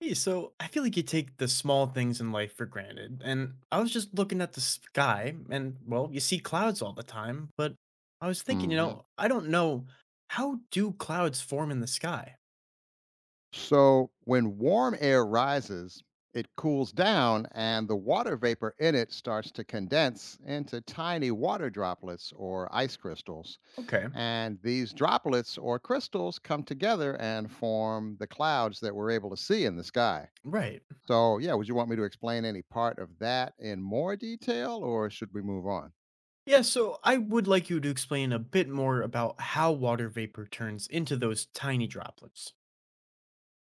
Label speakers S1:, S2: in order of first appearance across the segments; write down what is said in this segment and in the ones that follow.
S1: Hey, so I feel like you take the small things in life for granted. And I was just looking at the sky, and well, you see clouds all the time. But I was thinking,
S2: Hmm.
S1: I don't know, how do clouds form in the sky?
S2: So when warm air rises, it cools down and the water vapor in it starts to condense into tiny water droplets or ice crystals.
S1: Okay,
S2: And these droplets or crystals come together and form the clouds that we're able to see in the sky.
S1: right.
S2: So, yeah, would you want me to explain any part of that in more detail or should we move on?
S1: Yeah, so I would like you to explain a bit more about how water vapor turns into those tiny droplets.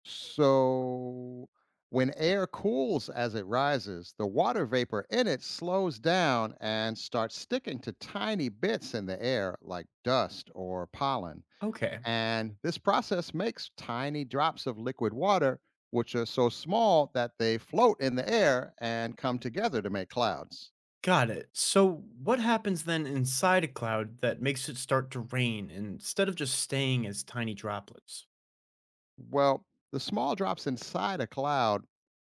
S2: So when air cools as it rises, the water vapor in it slows down and starts sticking to tiny bits in the air like dust or pollen.
S1: Okay,
S2: And this process makes tiny drops of liquid water, which are so small that they float in the air and come together to make clouds.
S1: got it. So what happens then inside a cloud that makes it start to rain instead of just staying as tiny droplets?
S2: Well, the small drops inside a cloud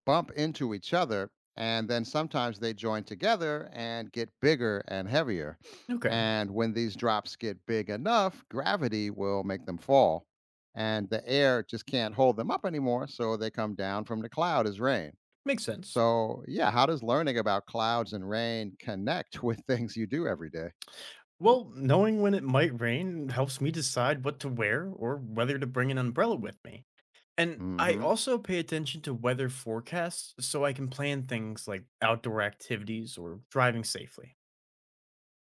S2: bump into each other, and then sometimes they join together and get bigger and heavier.
S1: Okay,
S2: And when these drops get big enough, gravity will make them fall, and the air just can't hold them up anymore, so they come down from the cloud as rain.
S1: makes sense.
S2: So, yeah, how does learning about clouds and rain connect with things you do every day?
S1: Well, knowing when it might rain helps me decide what to wear or whether to bring an umbrella with me. And I
S2: Mm-hmm.
S1: also pay attention to weather forecasts so I can plan things like outdoor activities or driving safely.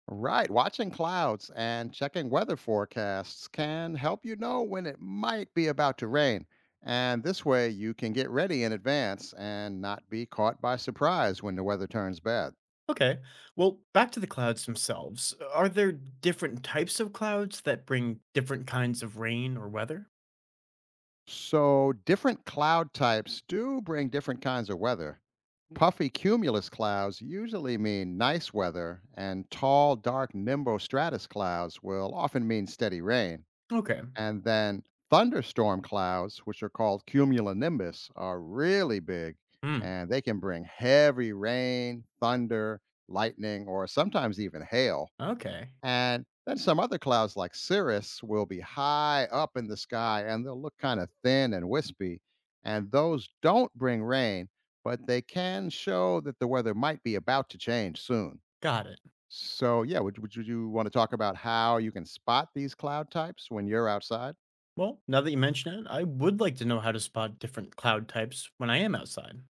S2: Right. Watching clouds and checking weather forecasts can help you know when it might be about to rain. And this way, you can get ready in advance and not be caught by surprise when the weather turns bad.
S1: Okay, well, back to the clouds themselves. Are there different types of clouds that bring different kinds of rain or weather?
S2: So, different cloud types do bring different kinds of weather. Puffy cumulus clouds usually mean nice weather, and tall, dark nimbostratus clouds will often mean steady rain.
S1: Okay.
S2: And then thunderstorm clouds, which are called cumulonimbus, are really big
S1: Hmm.
S2: and they can bring heavy rain, thunder, lightning, or sometimes even hail.
S1: Okay,
S2: And then some other clouds like cirrus will be high up in the sky and they'll look kind of thin and wispy. And those don't bring rain, but they can show that the weather might be about to change soon.
S1: got it.
S2: So, yeah, would you want to talk about how you can spot these cloud types when you're outside?
S1: Well, now that you mention it, I would like to know how to spot different cloud types when I am outside.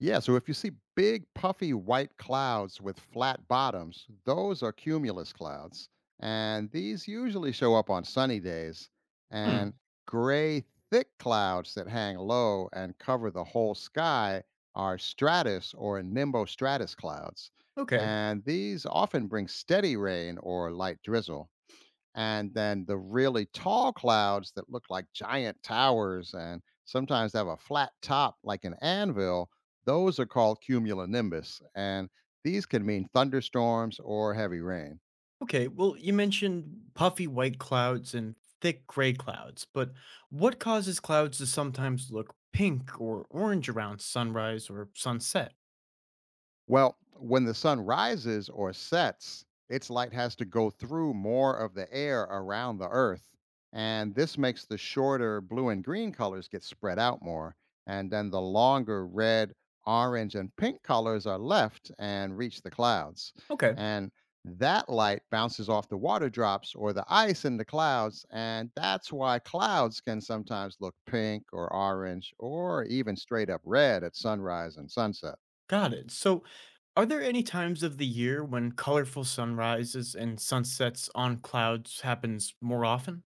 S2: Yeah, so if you see big puffy white clouds with flat bottoms, those are cumulus clouds. And these usually show up on sunny days. And
S1: Hmm.
S2: gray, thick clouds that hang low and cover the whole sky are stratus or nimbostratus clouds.
S1: Okay.
S2: And these often bring steady rain or light drizzle and then the really tall clouds that look like giant towers and sometimes have a flat top like an anvil, those are called cumulonimbus. And these can mean thunderstorms or heavy rain.
S1: Okay, well, you mentioned puffy white clouds and thick gray clouds, but what causes clouds to sometimes look pink or orange around sunrise or sunset?
S2: Well, when the sun rises or sets, its light has to go through more of the air around the Earth. And this makes the shorter blue and green colors get spread out more. And then the longer red, orange, and pink colors are left and reach the clouds.
S1: Okay,
S2: And that light bounces off the water drops or the ice in the clouds. And that's why clouds can sometimes look pink or orange or even straight up red at sunrise and sunset.
S1: got it. So, are there any times of the year when colorful sunrises and sunsets on clouds happens more often?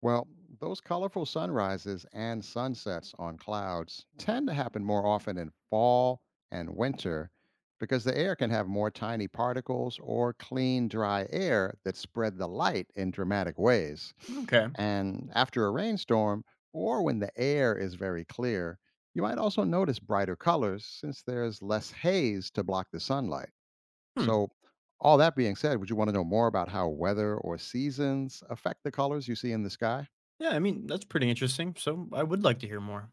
S2: Well, those colorful sunrises and sunsets on clouds tend to happen more often in fall and winter because the air can have more tiny particles or clean, dry air that spread the light in dramatic ways.
S1: Okay.
S2: And after a rainstorm, or when the air is very clear, you might also notice brighter colors since there's less haze to block the sunlight.
S1: Hmm.
S2: So, all that being said, would you want to know more about how weather or seasons affect the colors you see in the sky?
S1: Yeah, I mean, that's pretty interesting. So, I would like to hear more.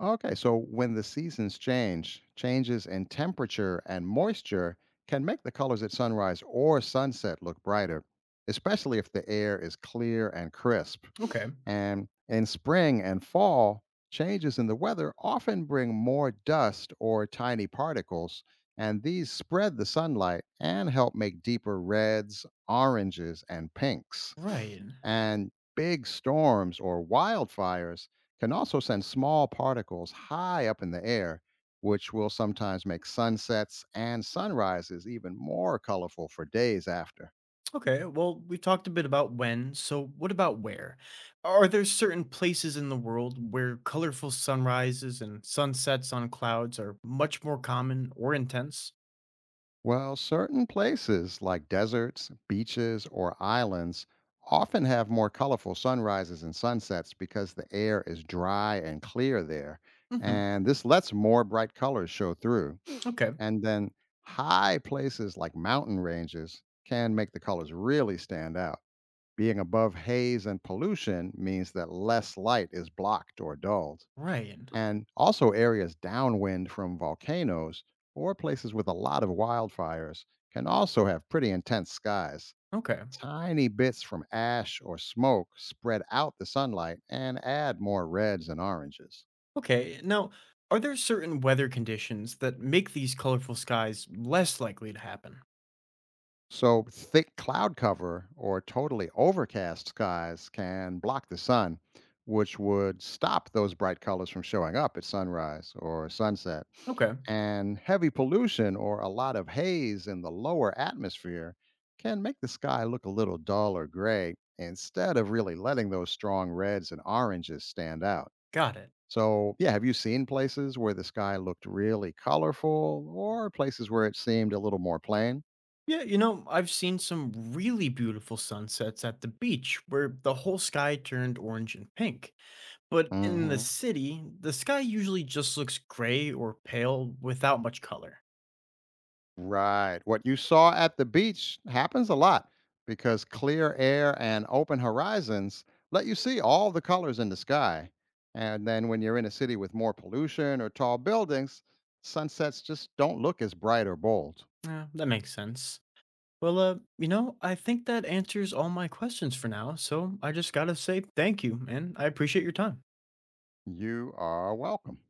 S2: Okay, so when the seasons change, changes in temperature and moisture can make the colors at sunrise or sunset look brighter, especially if the air is clear and crisp.
S1: Okay.
S2: And in spring and fall, changes in the weather often bring more dust or tiny particles, and these spread the sunlight and help make deeper reds, oranges, and pinks.
S1: Right.
S2: And big storms or wildfires can also send small particles high up in the air, which will sometimes make sunsets and sunrises even more colorful for days after.
S1: Okay, well, we talked a bit about when, so what about where? Are there certain places in the world where colorful sunrises and sunsets on clouds are much more common or intense?
S2: Well, certain places like deserts, beaches, or islands often have more colorful sunrises and sunsets because the air is dry and clear there.
S1: Hmm.
S2: And this lets more bright colors show through.
S1: Okay,
S2: And then high places like mountain ranges can make the colors really stand out. Being above haze and pollution means that less light is blocked or dulled.
S1: right.
S2: And also, areas downwind from volcanoes or places with a lot of wildfires can also have pretty intense skies.
S1: Okay.
S2: Tiny bits from ash or smoke spread out the sunlight and add more reds and oranges.
S1: Okay, now, are there certain weather conditions that make these colorful skies less likely to happen?
S2: So, thick cloud cover or totally overcast skies can block the sun, which would stop those bright colors from showing up at sunrise or sunset.
S1: Okay,
S2: And heavy pollution or a lot of haze in the lower atmosphere can make the sky look a little dull or gray instead of really letting those strong reds and oranges stand out.
S1: got it.
S2: So, yeah, have you seen places where the sky looked really colorful or places where it seemed a little more plain?
S1: Yeah, you know, I've seen some really beautiful sunsets at the beach where the whole sky turned orange and pink. But in the
S2: Hmm.
S1: city, the sky usually just looks gray or pale without much color.
S2: Right. What you saw at the beach happens a lot because clear air and open horizons let you see all the colors in the sky. And then when you're in a city with more pollution or tall buildings, sunsets just don't look as bright or bold.
S1: Yeah, that makes sense. Well, you know, I think that answers all my questions for now, so I just gotta say thank you, and I appreciate your time.
S2: You are welcome.